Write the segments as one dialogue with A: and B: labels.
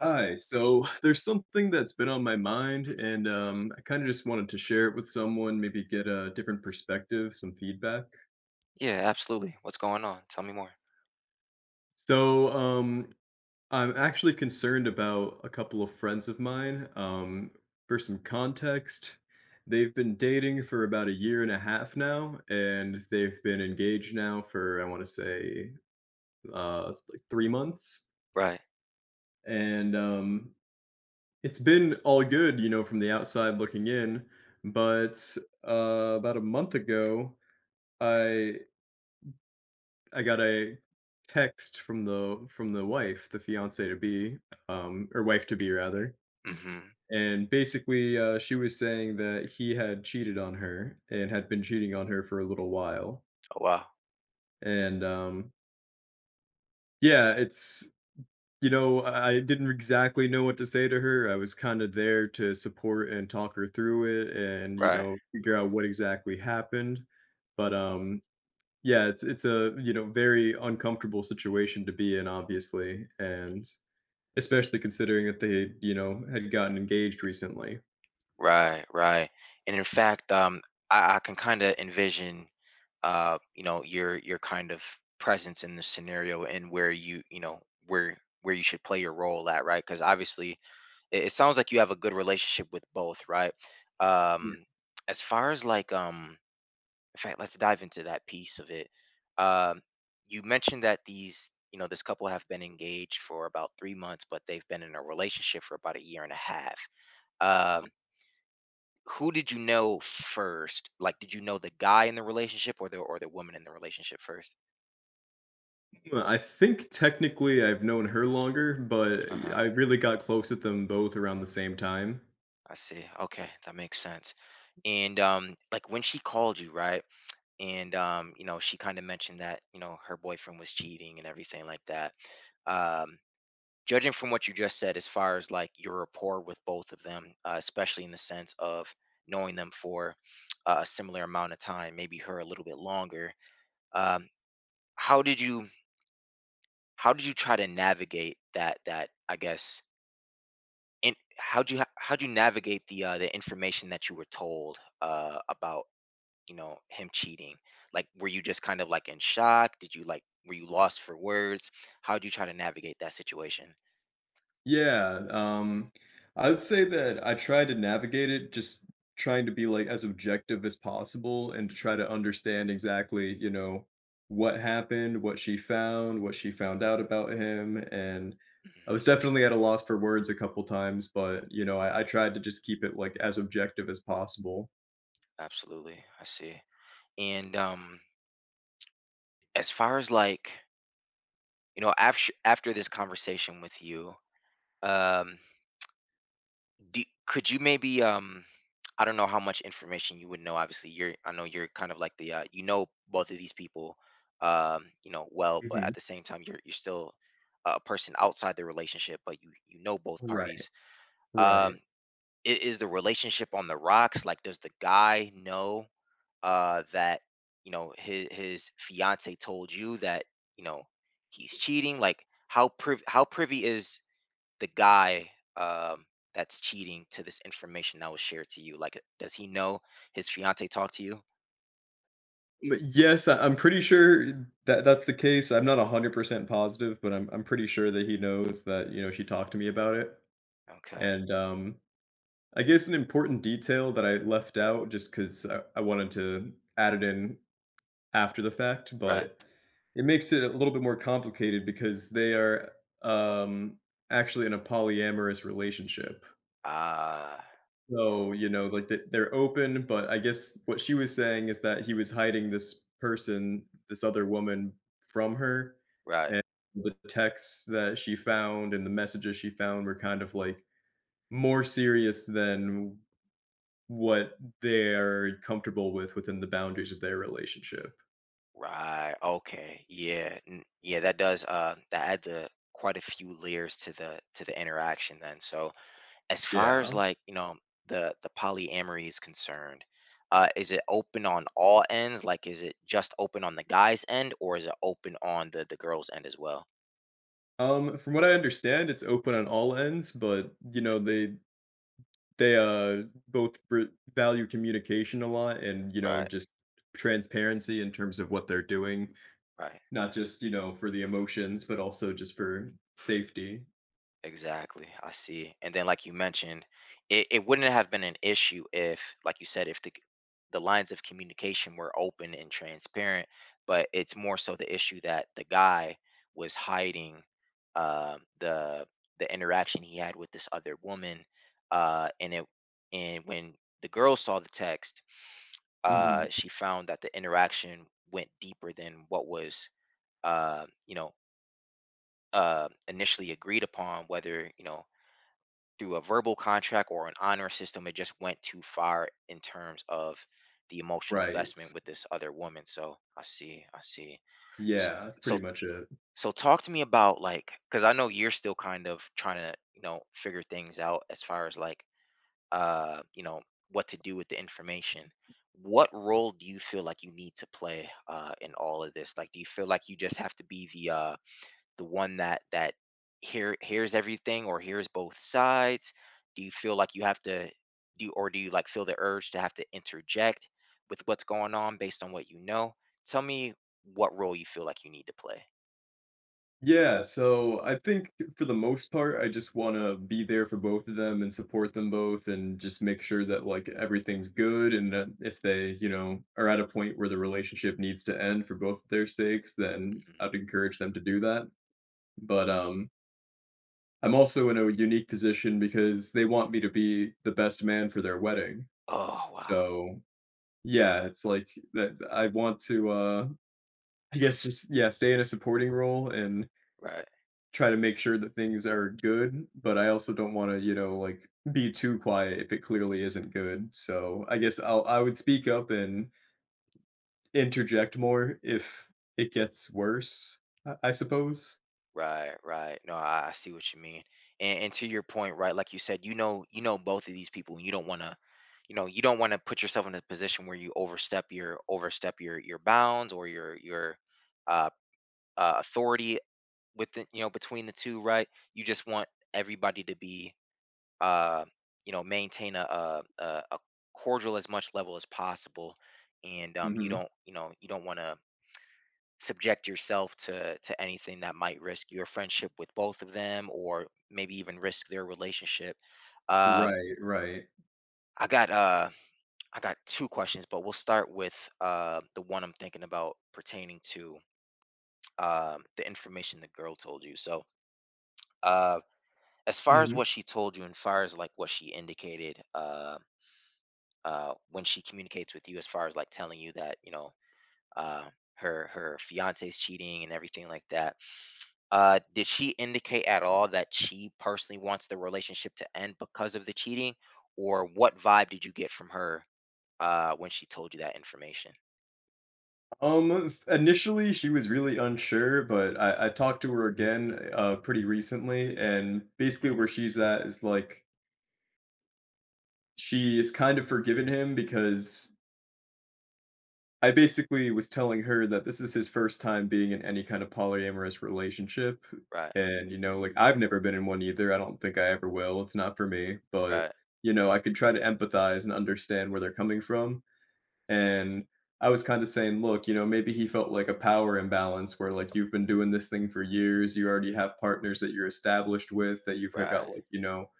A: Hi. So there's something that's been on my mind, and I kind of just wanted to share it with someone, maybe get a different perspective, some feedback.
B: Yeah, absolutely. What's going on? Tell me more.
A: So um, I'm actually concerned about a couple of friends of mine. For some context, they've been dating for about 1.5 years now, and they've been engaged now for, I want to say, like 3 months.
B: Right.
A: And It's been all good, you know, from the outside looking in, but, about a month ago, I I got a text from the wife, the fiancée to be, or wife to be rather,
B: Mm-hmm.
A: and basically, she was saying that he had cheated on her and had been cheating on her for a little while,
B: Oh wow.
A: and, yeah. I didn't exactly know what to say to her. I was kind of there to support and talk her through it and, you
B: Right.
A: know, figure out what exactly happened. But yeah, it's a, you know, very uncomfortable situation to be in obviously, and especially considering that they, you know, had gotten engaged recently.
B: Right. Right. And in fact, I can kind of envision, your kind of presence in this scenario, and where you know, where where you should play your role at, right? Because obviously, it sounds like you have a good relationship with both, right?
A: Yeah.
B: Um, as far as like, In fact, let's dive into that piece of it. Um, you mentioned that this couple have been engaged for about 3 months, but they've been in a relationship for about a year and a half. Um, who did you know first? Like, did you know the guy in the relationship, or the woman in the relationship first?
A: Well, I think technically I've known her longer, but
B: Uh huh.
A: I really got close with them both around the same time.
B: I see. Okay, that makes sense. And like, when she called you, right? And she kind of mentioned that her boyfriend was cheating and everything like that. Um, Judging from what you just said, as far as like your rapport with both of them, especially in the sense of knowing them for a similar amount of time, maybe her a little bit longer. um, how did you— how did you try to navigate that, I guess. In How do you— how do you navigate the, the information that you were told about, him cheating? Like, were you just kind of like in shock? Did you Like, were you lost for words? How did you try to navigate that situation?
A: Yeah, I'd say that I try to navigate it just trying to be, like, as objective as possible and to try to understand exactly, you know, what happened, what she found out about him, and I
B: Hmm.
A: was definitely at a loss for words a couple times, but, you know, I tried to just keep it, like, as objective as possible.
B: Absolutely, I see. And as far as like, after this conversation with you, um, could you maybe, I don't know how much information you would know. Obviously, you're I know you're kind of like, the both of these people, you know well. But
A: Mhm.
B: at the same time, you're still a person outside the relationship, but you know both
A: Right,
B: parties.
A: right.
B: Um, is the relationship on the rocks? Like, does the guy know? That, his fiance told you that, you know he's cheating? Like, how privy is the guy, um that's cheating, to this information that was shared to you? Like, does he know his fiance talked to you?
A: But, yes, I'm pretty sure that that's the case. I'm not 100% positive, but I'm pretty sure that he knows that, you know, she talked to me about it.
B: Okay.
A: And, I guess an important detail that I left out just 'cause I wanted to add it in after the fact,
B: Right.
A: but it makes it a little bit more complicated because they are, um, actually in a polyamorous relationship.
B: Ah.
A: So, you know, like, they're open, but I guess what she was saying is that he was hiding this person, this other woman from her,
B: Right,
A: and the texts that she found and the messages she found were kind of, like, more serious than what they're comfortable with within the boundaries of their relationship.
B: right. Okay, yeah. Yeah, that does— that adds a quite a few layers to the interaction then. So as far as
A: Yeah.
B: like, you know, the polyamory is concerned, is it open on all ends? Like, is it just open on the guy's end, or is it open on the girl's end as well?
A: From what I understand, it's open on all ends, but, you know, they, both br value communication a lot and, you know, and
B: Right,
A: just transparency in terms of what they're doing,
B: right.
A: not just, you know, for the emotions, but also just for safety.
B: Exactly, I see. And then, like you mentioned, it wouldn't have been an issue if, like you said, if the lines of communication were open and transparent. But it's more so the issue that the guy was hiding, uh, the the interaction he had with this other woman, uh, and it and when the girl saw the text,
A: Mhm.
B: she found that the interaction went deeper than what was, uh, you know, initially agreed upon. Whether, through a verbal contract or an honor system, it just went too far in terms of the emotional
A: Right.
B: investment with this other woman. So I see, I see. S-
A: Yeah, that's pretty
B: So,
A: much it.
B: talk to me about, like, because I know you're still kind of trying to, figure things out as far as like, uh you know what to do with the information. What role do you feel like you need to play in all of this? Like, do you feel like you just have to be the one that hears everything, or hears both sides? Do you feel like you have to do, or do you, like, feel the urge to have to interject with what's going on based on what you know? Tell me what role you feel like you need to play.
A: Yeah, so I think for the most part, I just want to be there for both of them and support them both and just make sure that like everything's good and that if they, you know, are at a point where the relationship needs to end for both of their sakes, then
B: Mhm.
A: I'd encourage them to do that. But I'm also in a unique position because they want me to be the best man for their wedding.
B: Oh wow.
A: So, yeah, it's like that I want to I guess just yeah, stay in a supporting role and
B: Right.
A: try to make sure that things are good, but I also don't want to, you know, like be too quiet if it clearly isn't good. So I guess I would speak up and interject more if it gets worse. I suppose.
B: Right, right. No, I see what you mean. And to your point, right, like you said, you know both of these people, and you don't want to put yourself in a position where you overstep your bounds, or your uh, authority with the you know between the two, right? You just want everybody to be, uh maintain a cordial as much level as possible. And you
A: hmm
B: don't, want to subject yourself to anything that might risk your friendship with both of them, or maybe even risk their relationship. um
A: Right, right.
B: i got uh I got two questions, but we'll start with the one I'm thinking about pertaining to, the information the girl told you. So, uh as far as
A: hmm
B: what she told you, and far as like what she indicated, when she communicates with you, as far as like telling you that, uh her fiance's cheating and everything like that. Did she indicate at all that she personally wants the relationship to end because of the cheating, or what vibe did you get from her, when she told you that information?
A: Initially she was really unsure, but I talked to her again pretty recently, and basically
B: Mhm.
A: where she's at is like she is kind of forgiven him because I basically was telling her that this is his first time being in any kind of polyamorous relationship,
B: Right.
A: and, you know, like, I've never been in one either, I don't think I ever will, it's not for me, but,
B: Right.
A: you know, I could try to empathize and understand where they're coming from, and I was kinda saying, "Look, you know, maybe he felt like a power imbalance where, like, you've been doing this thing for years, you already have partners that you're established with, that you've got,
B: Right.
A: like, you know,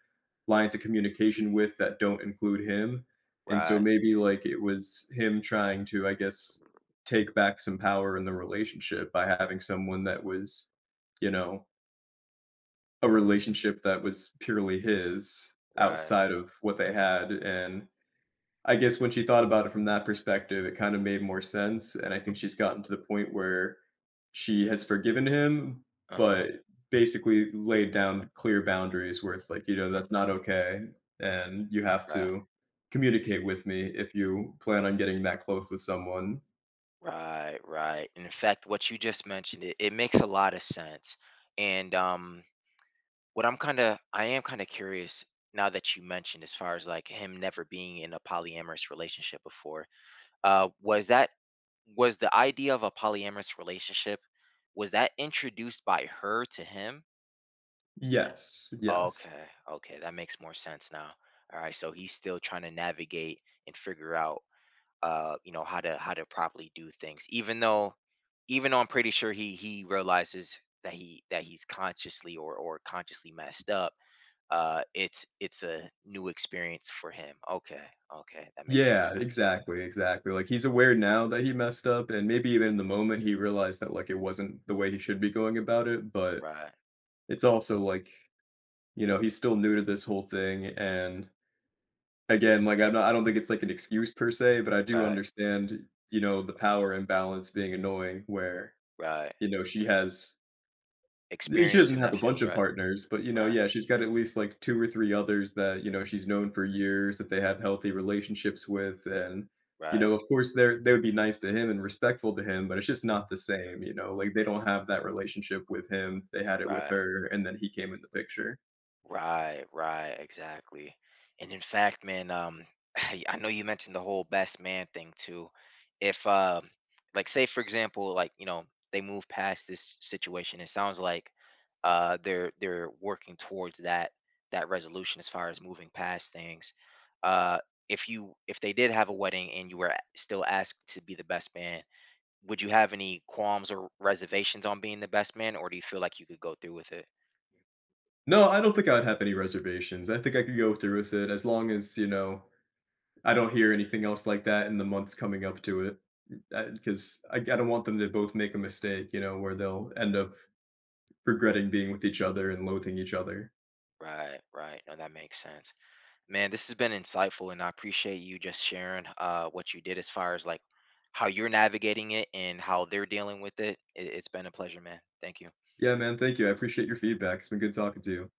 A: lines of communication with that don't include him. And so
B: Right.
A: maybe, like, it was him trying to, I guess, take back some power in the relationship by having someone that was, you know, a relationship that was purely his
B: Right.
A: outside of what they had, and I guess when she thought about it from that perspective, it kind of made more sense. And I think she's gotten to the point where she has forgiven him,
B: Uh-huh.
A: but basically laid down clear boundaries where it's like, you know, that's not okay. And you have
B: Right.
A: to communicate with me if you plan on getting that close with someone."
B: Right, right. And in fact, what you just mentioned, it makes a lot of sense. And what I'm kind of, I am kind of curious now that you mentioned, as far as like him never being in a polyamorous relationship before, uh, was that was the idea of a polyamorous relationship, was that introduced by her to him?
A: Yes, yes.
B: Okay, okay, that makes more sense now. All right, so he's still trying to navigate and figure out, how to properly do things. Even though I'm pretty sure he realizes that he's consciously or consciously messed up. It's a new experience for him. Okay, okay, that makes
A: Yeah,
B: more sense.
A: exactly, exactly. Like he's aware now that he messed up, and maybe even in the moment he realized that like it wasn't the way he should be going about it, but
B: Right.
A: it's also like you know, he's still new to this whole thing, and again, like, I don't think it's, like, an excuse per se, but I do
B: Right.
A: understand, you know, the power imbalance being annoying where,
B: Right.
A: you know, she has she
B: Experience
A: doesn't
B: in
A: have
B: that
A: a bunch
B: field.
A: of
B: Right.
A: partners, but, you know,
B: Right.
A: yeah, she's got at least, like, 2 or 3 others that, you know, she's known for years, that they have healthy relationships with, and, you
B: Right.
A: know, of course, they would be nice to him and respectful to him, but it's just not the same, you know? Like, they don't have that relationship with him, they had it with
B: Right.
A: her, and then he came in the picture.
B: Right, right, exactly. And in fact, man, I know you mentioned the whole best man thing too. If, like, say for example, like, they move past this situation. It sounds like, they're working towards that resolution as far as moving past things. Uh, if they did have a wedding and you were still asked to be the best man, would you have any qualms or reservations on being the best man, or do you feel like you could go through with it?
A: No, I don't think I would have any reservations. I think I could go through with it as long as, you know, I don't hear anything else like that in the months coming up to it. Because I don't want them to both make a mistake, you know, where they'll end up regretting being with each other and loathing each other.
B: Right, right. No, that makes sense. Man, this has been insightful, and I appreciate you just sharing what you did, as far as like how you're navigating it and how they're dealing with it. It's been a pleasure, man. Thank you.
A: Yeah, man, thank you. I appreciate your feedback. It's been good talking to you.